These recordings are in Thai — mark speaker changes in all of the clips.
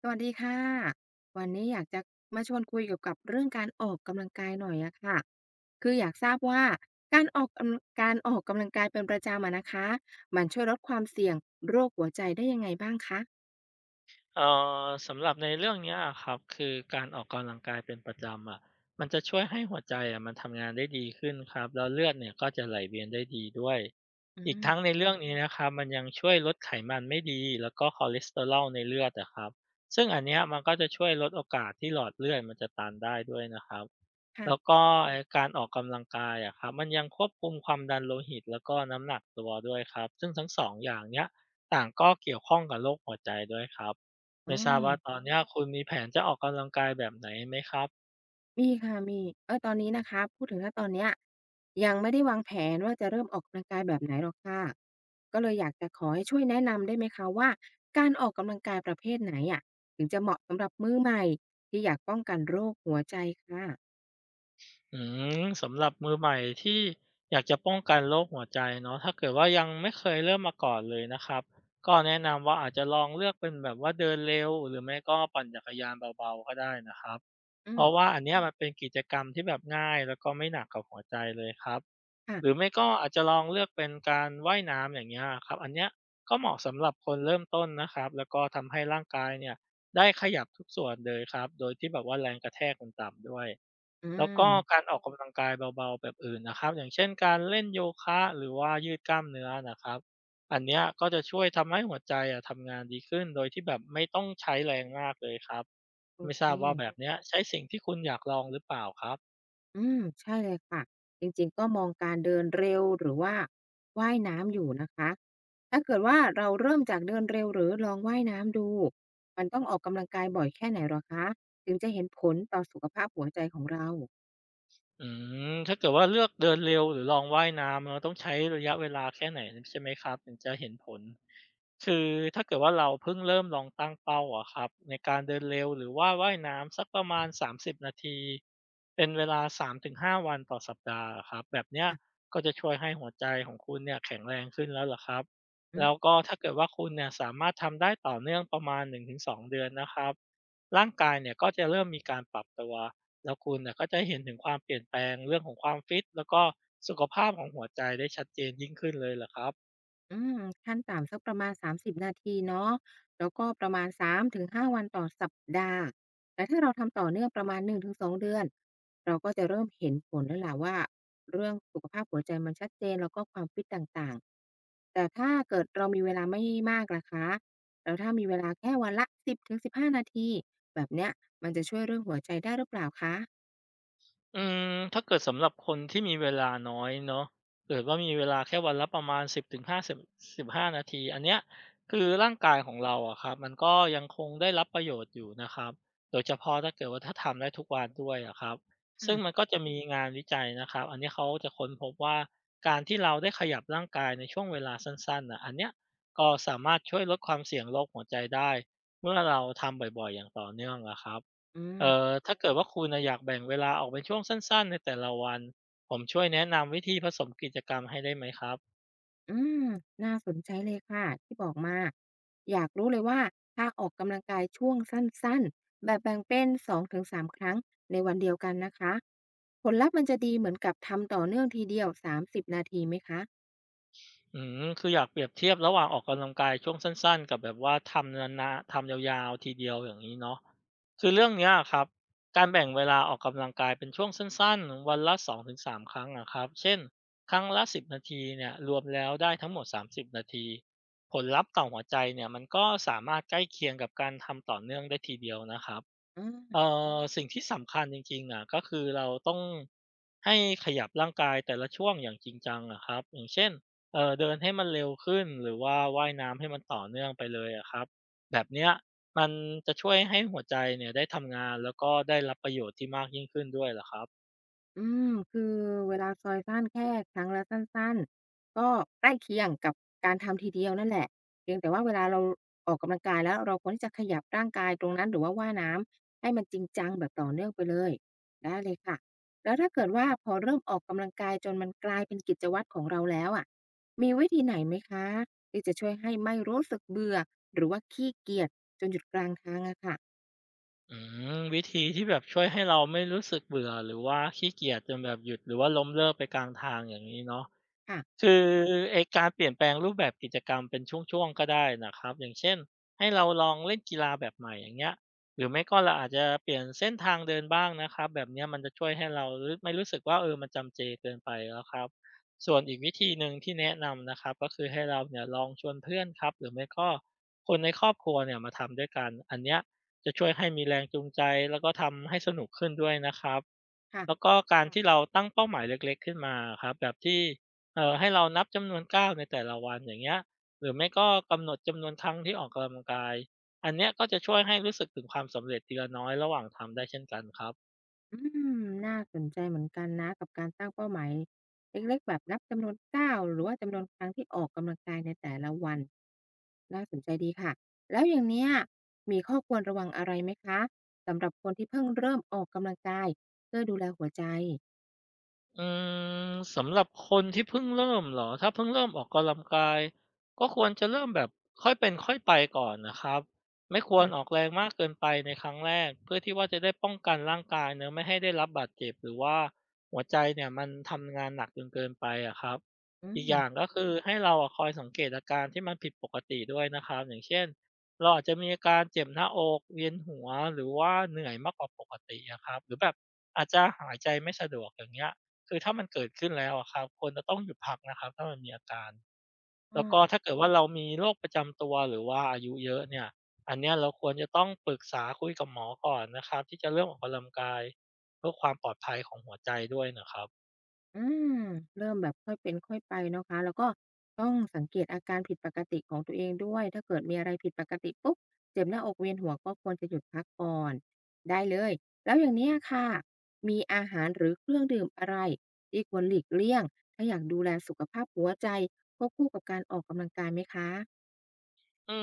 Speaker 1: สวัสดีค่ะ วันนี้อยากจะมาชวนคุยเกี่ยวกับเรื่องการออกกำลังกายหน่อยอะค่ะคืออยากทราบว่าการออกกำลังกายเป็นประจำอะนะคะ มันช่วยลดความเสี่ยงโรคหัวใจได้ยังไงบ้างคะ
Speaker 2: เอ่สำหรับในเรื่องเนี้ยครับคือการออกกำลังกายเป็นประจำอะมันจะช่วยให้หัวใจอะมันทำงานได้ดีขึ้นครับแล้วเลือดเนี่ยก็จะไหลเวียนได้ดีด้วย
Speaker 1: อื
Speaker 2: อีกทั้ง
Speaker 1: ม
Speaker 2: ในเรื่องนี้นะครับมันยังช่วยลดไขมันไม่ดีแล้วก็คอเลสเตอรอลในเลือดอะครับซึ่งอันเนี้ยมันก็จะช่วยลดโอกาสที่หลอดเลือดมันจะตันได้ด้วยนะครับ
Speaker 1: ค่ะ
Speaker 2: แล้วก็ไอ้การออกกำลังกายอะครับมันยังควบคุมความดันโลหิตแล้วก็น้ำหนักตัวด้วยครับซึ่งทั้งสองอย่างเนี้ยต่างก็เกี่ยวข้องกับโรคหัวใจด้วยครับ
Speaker 1: อ๋อ
Speaker 2: ไม่ทราบว่าตอนเนี้ยคุณมีแผนจะออกกำลังกายแบบไหนไหมครับ
Speaker 1: มีค่ะมีเออตอนนี้นะคะพูดถึงถ้าตอนเนี้ยยังไม่ได้วางแผนว่าจะเริ่มออกกำลังกายแบบไหนหรอกค่ะก็เลยอยากจะขอให้ช่วยแนะนำได้ไหมคะว่าการออกกำลังกายประเภทไหนอะถึงจะเหมาะสำหรับมือใหม่ที่อยากป้องกันโรคหัวใจค่ะ
Speaker 2: อืมสำหรับมือใหม่ที่อยากจะป้องกันโรคหัวใจเนาะถ้าเกิดว่ายังไม่เคยเริ่มมาก่อนเลยนะครับก็แนะนำว่าอาจจะลองเลือกเป็นแบบว่าเดินเร็วหรือไม่ก็ปั่นจักรยานเบาๆก็ได้นะครับ
Speaker 1: อื
Speaker 2: เพ
Speaker 1: ม
Speaker 2: ราะว่าอันเนี้ยมันเป็นกิจกรรมที่แบบง่ายแล้วก็ไม่หนักกับหัวใจเลยครับ หรือ
Speaker 1: ค่ะ
Speaker 2: ไม่ก็อาจจะลองเลือกเป็นการว่ายน้ำอย่างเงี้ยครับอันเนี้ยก็เหมาะสำหรับคนเริ่มต้นนะครับแล้วก็ทำให้ร่างกายเนี่ยได้ขยับทุกส่วนเลยครับโดยที่แบบว่าแรงกระแทกมันต่ำด้วย
Speaker 1: อื
Speaker 2: แล้ว
Speaker 1: ม
Speaker 2: ก็การออกกำลังกายเบาๆแบบอื่นนะครับอย่างเช่นการเล่นโยคะหรือว่ายืดกล้ามเนื้อนะครับอันเนี้ยก็จะช่วยทำให้หัวใจอะทำงานดีขึ้นโดยที่แบบไม่ต้องใช้แรงมากเลยครับ
Speaker 1: โอ
Speaker 2: ไม่ท
Speaker 1: เค
Speaker 2: ราบว่าแบบเนี้ยใช้สิ่งที่คุณอยากลองหรือเปล่าครับ
Speaker 1: อืมใช่เลยค่ะจริงๆก็มองการเดินเร็วหรือว่าว่ายน้ำอยู่นะคะถ้าเกิดว่าเราเริ่มจากเดินเร็วหรือลองว่ายน้ำดูมันต้องออกกำลังกายบ่อยแค่ไหนเหรอคะถึงจะเห็นผลต่อสุขภาพหัวใจของเรา
Speaker 2: อืมถ้าเกิดว่าเลือกเดินเร็วหรือลองว่ายน้ำเราต้องใช้ระยะเวลาแค่ไหนใช่ไหมครับถึงจะเห็นผลคือถ้าเกิดว่าเราเพิ่งเริ่มลองตั้งเป้าอะครับในการเดินเร็วหรือว่าว่ายน้ำสักประมาณสามสิบนาทีเป็นเวลาสามถึงห้าวันต่อสัปดาห์อะครับแบบเนี้ย
Speaker 1: ค่ะ
Speaker 2: ก็จะช่วยให้หัวใจของคุณเนี่ยแข็งแรงขึ้นแล้วล่ะครับ
Speaker 1: อืม
Speaker 2: แล้วก็ถ้าเกิดว่าคุณเนี่ยสามารถทำได้ต่อเนื่องประมาณหนึ่งถึงสองเดือนนะครับร่างกายเนี่ยก็จะเริ่มมีการปรับตัว แล้วคุณน่ะก็จะเห็นถึงความเปลี่ยนแปลงเรื่องของความฟิตแล้วก็สุขภาพของหัวใจได้ชัดเจนยิ่งขึ้นเลยเหรอครับ
Speaker 1: อืมขั้นต่ำสักประมาณ30นาทีเนาะแล้วก็ประมาณ3-5วันต่อสัปดาห์แต่ถ้าเราทำต่อเนื่องประมาณ1-2เดือนเราก็จะเริ่มเห็นผลแล้วล่ะว่าเรื่องสุขภาพหัวใจมันชัดเจนแล้วก็ความฟิตต่างๆแต่ถ้าเกิดเรามีเวลาไม่มากล่ะคะแล้วถ้ามีเวลาแค่วันละ10-15นาทีแบบเนี้ยมันจะช่วยเรื่องหัวใจได้หรือเปล่าคะ
Speaker 2: อืมถ้าเกิดสำหรับคนที่มีเวลาน้อยเนาะเกิดว่ามีเวลาแค่วันละประมาณ1 0บถึงห15นาทีอันเนี้ยคือร่างกายของเราอะครับมันก็ยังคงได้รับประโยชน์อยู่นะครับโดยเฉพาะถ้าเกิดว่าถ้าทำได้ทุกวันด้วยอะครับซึ่งมัน
Speaker 1: ค่ะ
Speaker 2: ก็จะมีงานวิจัยนะครับอันนี้เขาจะค้นพบว่าการที่เราได้ขยับร่างกายในช่วงเวลาสั้นๆน่ะอันเนี้ยก็สามารถช่วยลดความเสี่ยงโรคหัวใจได้เมื่อเราทำบ่อยๆอย่างต่อเนื่องอะครับ
Speaker 1: อืม
Speaker 2: ถ้าเกิดว่าคุณน่ะอยากแบ่งเวลาออกเป็นช่วงสั้นๆในแต่ละวันผมช่วยแนะนำวิธีผสมกิจกรรมให้ได้ไหมครับ
Speaker 1: อืมน่าสนใจเลยค่ะที่บอกมา อยากรู้เลยว่าถ้าออกกำลังกายช่วงสั้นๆแบบแบ่งเป็น2-3ครั้งในวันเดียวกันนะคะผลลัพธ์มันจะดีเหมือนกับทำต่อเนื่องทีเดียว30นาทีไหมคะ
Speaker 2: อืมคืออยากเปรียบเทียบระหว่างออกกำลังกายช่วงสั้นๆกับแบบว่าทำนานาทำยาวๆทีเดียวอย่างงี้เนาะคือเรื่องเนี้ยอะครับการแบ่งเวลาออกกำลังกายเป็นช่วงสั้นๆวันละ2มครั้งอะครับเช่นครั้งละ10นาทีเนี่ยรวมแล้วได้ทั้งหมดสามสิ0นาทีผลลัพธ์ต่อหัวใจเนี่ยมันก็สามารถใกล้เคียงกับการทำต่อเนื่องได้ทีเดียวนะครับ
Speaker 1: อา
Speaker 2: เอ่สิ่งที่สำคัญจริงๆอะก็คือเราต้องให้ขยับร่างกายแต่ละช่วงอย่างจริงจังอะครับอย่างเช่นเดินให้มันเร็วขึ้นหรือว่าว่ายน้ำให้มันต่อเนื่องไปเลยอะครับแบบเนี้ยมันจะช่วยให้หัวใจเนี่ยได้ทำงานแล้วก็ได้รับประโยชน์ที่มากยิ่งขึ้นด้วยล่ะครับ
Speaker 1: อืมคือเวลาซอยสั้นแค่ครั้งละสั้นๆก็ใกล้เคียงกับการทำทีเดียวนั่นแหละเพียงแต่ว่าเวลาเราออกกำลังกายแล้วเราควรที่จะขยับร่างกายตรงนั้นหรือว่าว่ายน้ำให้มันจริงจังแบบต่อเนื่องไปเลยได้เลยค่ะแล้วถ้าเกิดว่าพอเริ่มออกกำลังกายจนมันกลายเป็นกิจวัตรของเราแล้วอะมีวิธีไหนไหมคะที่จะช่วยให้ไม่รู้สึกเบื่อหรือว่าขี้เกียจจนหยุดกลางทางอะค่ะ
Speaker 2: อืมวิธีที่แบบช่วยให้เราไม่รู้สึกเบื่อหรือว่าขี้เกียจจนแบบหยุดหรือว่าล้มเลิกไปกลางทางอย่างนี้เนาะ
Speaker 1: ค่ะ
Speaker 2: คือไอการเปลี่ยนแปลงรูปแบบกิจกรรมเป็นช่วงๆก็ได้นะครับอย่างเช่นให้เราลองเล่นกีฬาแบบใหม่อย่างเงี้ยหรือไม่ก็เราอาจจะเปลี่ยนเส้นทางเดินบ้างนะครับแบบเนี้ยมันจะช่วยให้เรารู้ไม่รู้สึกว่าเออมันจำเจเกินไปแล้วครับส่วนอีกวิธีหนึ่งที่แนะนำนะครับก็คือให้เราเนี่ยลองชวนเพื่อนครับหรือไม่ก็คนในครอบครัวเนี่ยมาทำด้วยกันอันเนี้ยจะช่วยให้มีแรงจูงใจแล้วก็ทำให้สนุกขึ้นด้วยนะครับแล้ว
Speaker 1: ค่ะ
Speaker 2: ก็การที่เราตั้งเป้าหมายเล็กๆขึ้นมาอะครับแบบที่ ให้เรานับจำนวนก้าวในแต่ละวันอย่างเงี้ยหรือไม่ก็กำหนดจำนวนครั้งที่ออกกำลังกายอันเนี้ยก็จะช่วยให้รู้สึกถึงความสำเร็จทีละน้อยระหว่างทำได้เช่นกันครับ
Speaker 1: อืมน่าสนใจเหมือนกันนะกับการตั้งเป้าหมายเล็กๆแบบนับจำนวนก้าวหรือว่าจำนวนครั้งที่ออกกำลังกายในแต่ละวันน่าสนใจดีค่ะแล้วอย่างเนี้ยมีข้อควรระวังอะไรไหมคะสำหรับคนที่เพิ่งเริ่มออกกำลังกายเพื่อดูแลหัวใจ
Speaker 2: อืมสำหรับคนที่เพิ่งเริ่มเหรอถ้าเพิ่งเริ่มออกกำลังกายก็ควรจะเริ่มแบบค่อยเป็นค่อยไปก่อนนะครับไม่ควรออ
Speaker 1: ค่ะ
Speaker 2: กแรงมากเกินไปในครั้งแรกเพื่อที่ว่าจะได้ป้องกันร่างกายเนอะไม่ให้ได้รับบาดเจ็บหรือว่าหัวใจเนี่ยมันทำงานหนักจนเกินไปอะครับ
Speaker 1: อื
Speaker 2: อีกอ
Speaker 1: ม
Speaker 2: ย่างก็คือให้เราอะคอยสังเกตอาการที่มันผิดปกติด้วยนะครับอย่างเช่นเราอาจจะมีอาการเจ็บหน้าอกเวียนหัวหรือว่าเหนื่อยมากกว่าปกติอะครับหรือแบบอาจจะหายใจไม่สะดวกอย่างเงี้ย คือถ้ามันเกิดขึ้นแล้วอะครับควรจะต้องหยุดพักนะครับถ้ามันมีอาการแล้วก็
Speaker 1: อา
Speaker 2: ถ้าเกิดว่าเรามีโรคประจำตัวหรือว่าอายุเยอะเนี่ยอันเนี้ยเราควรจะต้องปรึกษาคุยกับหมอก่อนนะครับที่จะเรื่องออกกำลังกายเพื่อความปลอดภัยของหัวใจด้วยนะครับ
Speaker 1: อืมเริ่มแบบค่อยเป็นค่อยไปเนาะคะแล้วก็ต้องสังเกตอาการผิดปกติของตัวเองด้วยถ้าเกิดมีอะไรผิดปกติปุ๊บเจ็บหน้าอกเวียนหัวก็ควรจะหยุดพักก่อนได้เลยแล้วอย่างเนี้ยค่ะมีอาหารหรือเครื่องดื่มอะไรที่ควรหลีกเลี่ยงถ้าอยากดูแลสุขภาพหัวใจควบคู่กับการออกกำลังกายไหมคะ
Speaker 2: อื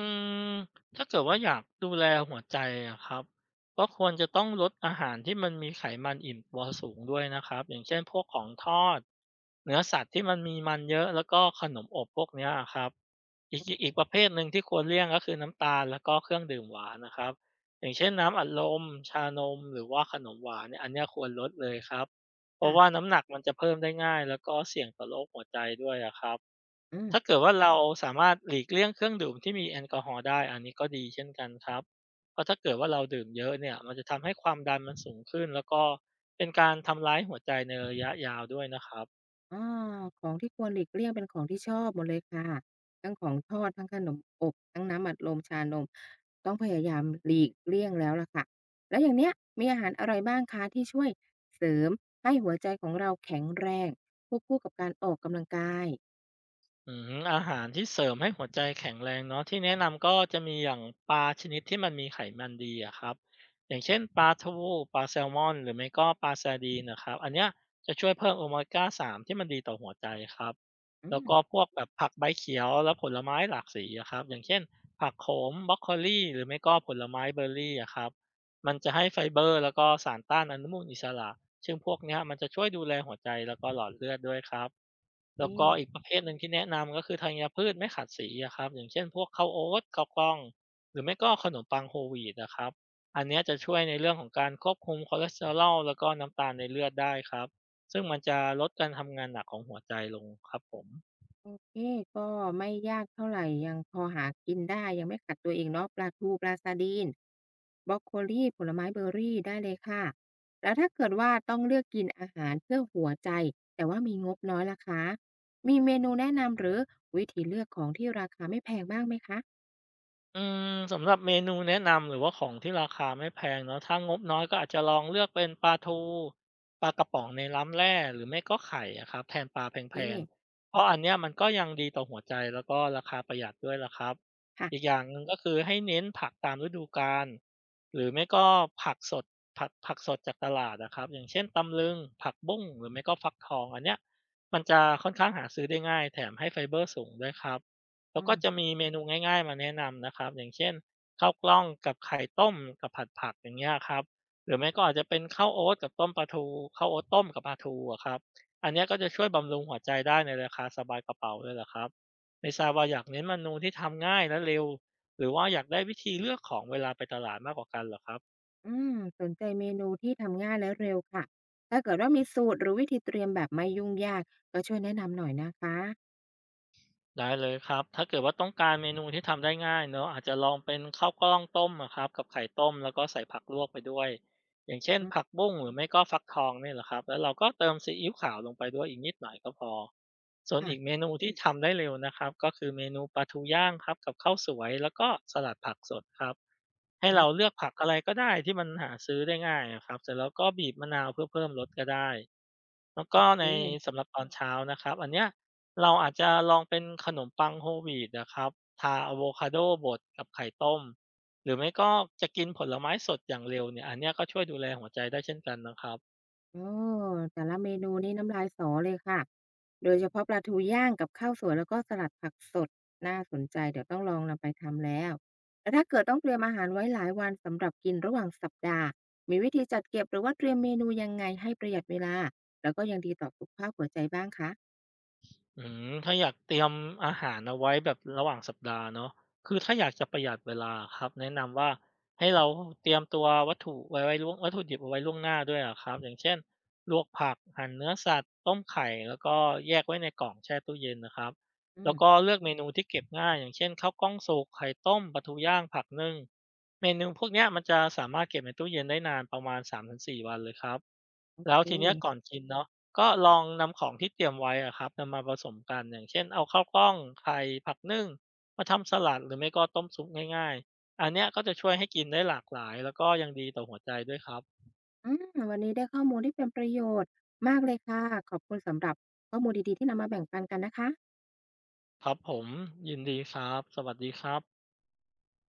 Speaker 2: มถ้าเกิดว่าอยากดูแลหัวใจอะครับก็ควรจะต้องลดอาหารที่มันมีไขมันอิ่มตัวสูงด้วยนะครับอย่างเช่นพวกของทอดเนื้อสัตว์ที่มันมีมันเยอะแล้วก็ขนมอบพวกเนี้ยครับอีกประเภทหนึ่งที่ควรเลี่ยงก็คือน้ำตาลแล้วก็เครื่องดื่มหวานนะครับอย่างเช่นน้ำอัดลมชานมหรือว่าขนมหวานเนี่ยอันเนี้ยควรลดเลยครับเพราะว่า
Speaker 1: ค่ะ
Speaker 2: น้ำหนักมันจะเพิ่มได้ง่ายแล้วก็เสี่ยงต่อโรคหัวใจด้วยอะครับ
Speaker 1: อื
Speaker 2: ถ้า
Speaker 1: ม
Speaker 2: เกิดว่าเราสามารถหลีกเลี่ยงเครื่องดื่มที่มีแอลกอฮอล์ได้อันนี้ก็ดีเช่นกันครับเพราะถ้าเกิดว่าเราดื่มเยอะเนี่ยมันจะทำให้ความดันมันสูงขึ้นแล้วก็เป็นการทำร้ายหัวใจในระยะยาวด้วยนะครับ
Speaker 1: อาของที่ควรหลีกเลี่ยงเป็นของที่ชอบหมดเลยค่ะทั้งของทอดทั้งขนมอบทั้งน้ำอัดลมชานมต้องพยายามหลีกเลี่ยงแล้วล่ะค่ะแล้วอย่างเนี้ยมีอาหารอะไรบ้างคะที่ช่วยเสริมให้หัวใจของเราแข็งแรงควบคู่กับการออกกำลังกาย
Speaker 2: อืมอาหารที่เสริมให้หัวใจแข็งแรงเนาะที่แนะนำก็จะมีอย่างปลาชนิดที่มันมีไขมันดีอะครับอย่างเช่นปลาทูปลาแซลมอนหรือไม่ก็ปลาซารดีนนะครับอันเนี้ยจะช่วยเพิ่มโอเมกาสามที่มันดีต่อหัวใจครับ
Speaker 1: อื
Speaker 2: แล้ว
Speaker 1: ม
Speaker 2: ก็พวกแบบผักใบเขียวและผลไม้หลากสีอะครับอย่างเช่นผักโขมบรอกโคลีหรือไม่ก็ผลไม้เบอร์รี่อะครับมันจะให้ไฟเบอร์แล้วก็สารต้านอนุมูลอิสระซึ่งพวกเนี้ยมันจะช่วยดูแลหัวใจแล้วก็หลอดเลือดด้วยครับ
Speaker 1: โอเ
Speaker 2: แล้วก็อีก
Speaker 1: ค
Speaker 2: ประเภทหนึ่งที่แนะนำก็คือธัญพืชไม่ขัดสีอะครับอย่างเช่นพวกข้าวโอ๊ตข้าวกล้องหรือไม่ก็ขนมปังโฮลวีตนอะครับอันเนี้ยจะช่วยในเรื่องของการควบคุมคอเลสเตอรอลแล้วก็น้ำตาลในเลือดได้ครับซึ่งมันจะลดการทำงานหนักของหัวใจลงครับผม
Speaker 1: โอเคก็ไม่ยากเท่าไหร่ยังพอหากินได้ยังไม่ขัดตัวเองเนาะปลาทูปลาสาดีนบรอกโคลีผลไม้เบอร์รี่ได้เลยค่ะแล้วถ้าเกิดว่าต้องเลือกกินอาหารเพื่อหัวใจแต่ว่ามีงบน้อยล่ะคะมีเมนูแนะนำหรือวิธีเลือกของที่ราคาไม่แพงบ้างไหมคะ
Speaker 2: อืมสำหรับเมนูแนะนำหรือว่าของที่ราคาไม่แพงเนาะถ้างบน้อยก็อาจจะลองเลือกเป็นปลาทูปลากระป๋องในร้านแร่หรือไม่ก็ไข่อะครับแทนปลาแพ
Speaker 1: เ
Speaker 2: ง
Speaker 1: ค
Speaker 2: ๆเพราะอันเนี้ยมันก็ยังดีต่อหัวใจแล้วก็ราคาประหยัดด้วยล่ะครับ
Speaker 1: ค่ะ
Speaker 2: อีกอย่างหนึ่งก็คือให้เน้นผักตามฤดูกาลหรือไม่ก็ผักสดผักสดจากตลาดอะครับอย่างเช่นตำลึงผักบุ้งหรือไม่ก็ฟักทองอันเนี้ยมันจะค่อนข้างหาซื้อได้ง่ายแถมให้ไฟเบอร์สูงด้วยครับ แล้ว
Speaker 1: อ้อ
Speaker 2: ก็จะมีเมนูง่ายๆมาแนะนำนะครับอย่างเช่นข้าวกล้องกับไข่ต้มกับผัดผักอย่างเงี้ยครับหรือไม่ก็อาจจะเป็นข้าวโอ๊ตกับต้มปลาทูข้าวโอ๊ตต้มกับปลาทูอะครับอันเนี้ยก็จะช่วยบำรุงหัวใจได้ในราคาสบายกระเป๋าเลยแหละครับไม่ทราบว่าอยากเน้นเมนูที่ทำง่ายและเร็วหรือว่าอยากได้วิธีเลือกของเวลาไปตลาดมากกว่ากันเหรอครับ
Speaker 1: อืมสนใจเมนูที่ทำง่ายและเร็วค่ะถ้าเกิดว่ามีสูตรหรือวิธีเตรียมแบบไม่ยุ่งยากก็ช่วยแนะนำหน่อยนะคะ
Speaker 2: ได้เลยครับถ้าเกิดว่าต้องการเมนูที่ทำได้ง่ายเนอะอาจจะลองเป็นข้าวกล้องต้มอะครับกับไข่ต้มแล้วก็ใส่ผักลวกไปด้วยอย่างเช่น
Speaker 1: อืม
Speaker 2: ผักบุ้งหรือไม่ก็ฟักทองนี่แหละครับแล้วเราก็เติมซีอิ๊วขาวลงไปด้วยอีกนิดหน่อยก็พอส่วนอีกเม
Speaker 1: ค่ะ
Speaker 2: นูที่ทำได้เร็วนะครับก็คือเมนูปลาทูย่างครับกับข้าวสวยแล้วก็สลัดผักสดครับให้
Speaker 1: อื
Speaker 2: เรา
Speaker 1: ม
Speaker 2: เลือกผักอะไรก็ได้ที่มันหาซื้อได้ง่ายอะครับเสร็จแล้วก็บีบมะนาวเพื่อเพิ่มรสก็ได้ แล้วก็
Speaker 1: เ
Speaker 2: ใน
Speaker 1: ค
Speaker 2: สำหรับตอนเช้านะครับอันเนี้ยเราอาจจะลองเป็นขนมปังโฮลวีตนะครับทาอะโวคาโดบดกับไข่ต้มหรือไม่ก็จะกินผลไม้สดอย่างเร็วเนี่ยอันเนี้ยก็ช่วยดูแลหัวใจได้เช่นกันนะครับ
Speaker 1: โอ้แต่ละเมนูนี่น้ำลายสอเลยค่ะโดยเฉพาะปลาทูย่างกับข้าวสวยแล้วก็สลัดผักสดน่าสนใจเดี๋ยวต้องลองนำไปทำแล้วแล้วถ้าเกิดต้องเตรียมอาหารไว้หลายวันสำหรับกินระหว่างสัปดาห์มีวิธีจัดเก็บหรือว่าเตรียมเมนูยังไงให้ประหยัดเวลาแล้วก็ยังดีต่อสุขภาพหัวใจบ้างคะ
Speaker 2: อืถ้าอยากเตรียมอาหารเอาไว้แบบระหว่างสัปดาห์เนาะคือถ้าอยากจะประหยัดเวลาครับแนะนำว่าให้เราเตรียมตัววัตถุไว้ไว้ล่วงวัตถุดิบเอาไว้ล่วงหน้าด้วยอะครับอย่างเช่นลวกผักหั่นเนื้อสัตว์ต้มไข่แล้วก็แยกไว้ในกล่องแช่ตู้เย็นนะครับ
Speaker 1: อื
Speaker 2: แล้
Speaker 1: ม
Speaker 2: วก็เลือกเมนูที่เก็บง่ายอย่างเช่นข้าวกล้องสุกไข่ต้มปลาทูย่างผักนึ่งเมนูพวกเนี้ยมันจะสามารถเก็บในตู้เย็นได้นานประมาณ3 ถึง 4 วันเลยครับ
Speaker 1: โอ
Speaker 2: แล้ว
Speaker 1: เ
Speaker 2: ทีเนี้ยก่อน
Speaker 1: ค
Speaker 2: กินเนาะ ก็ลองนำของที่เตรียมไว้อะครับนำมาผสมกันอย่างเช่นเอาข้าวกล้องไข่ผักนึ่งมาทำสลัดหรือไม่ก็ต้มซุปง่ายๆอันเนี้ยก็จะช่วยให้กินได้หลากหลายแล้วก็ยังดีต่อหัวใจด้วยครับ
Speaker 1: อืมวันนี้ได้ข้อมูลที่เป็นประโยชน์มากเลยค่ะขอบคุณสำหรับข้อมูลดีๆที่นำมาแบ่งปันกันนะคะ
Speaker 2: ครับผมยินดีครับสวัสดีครับ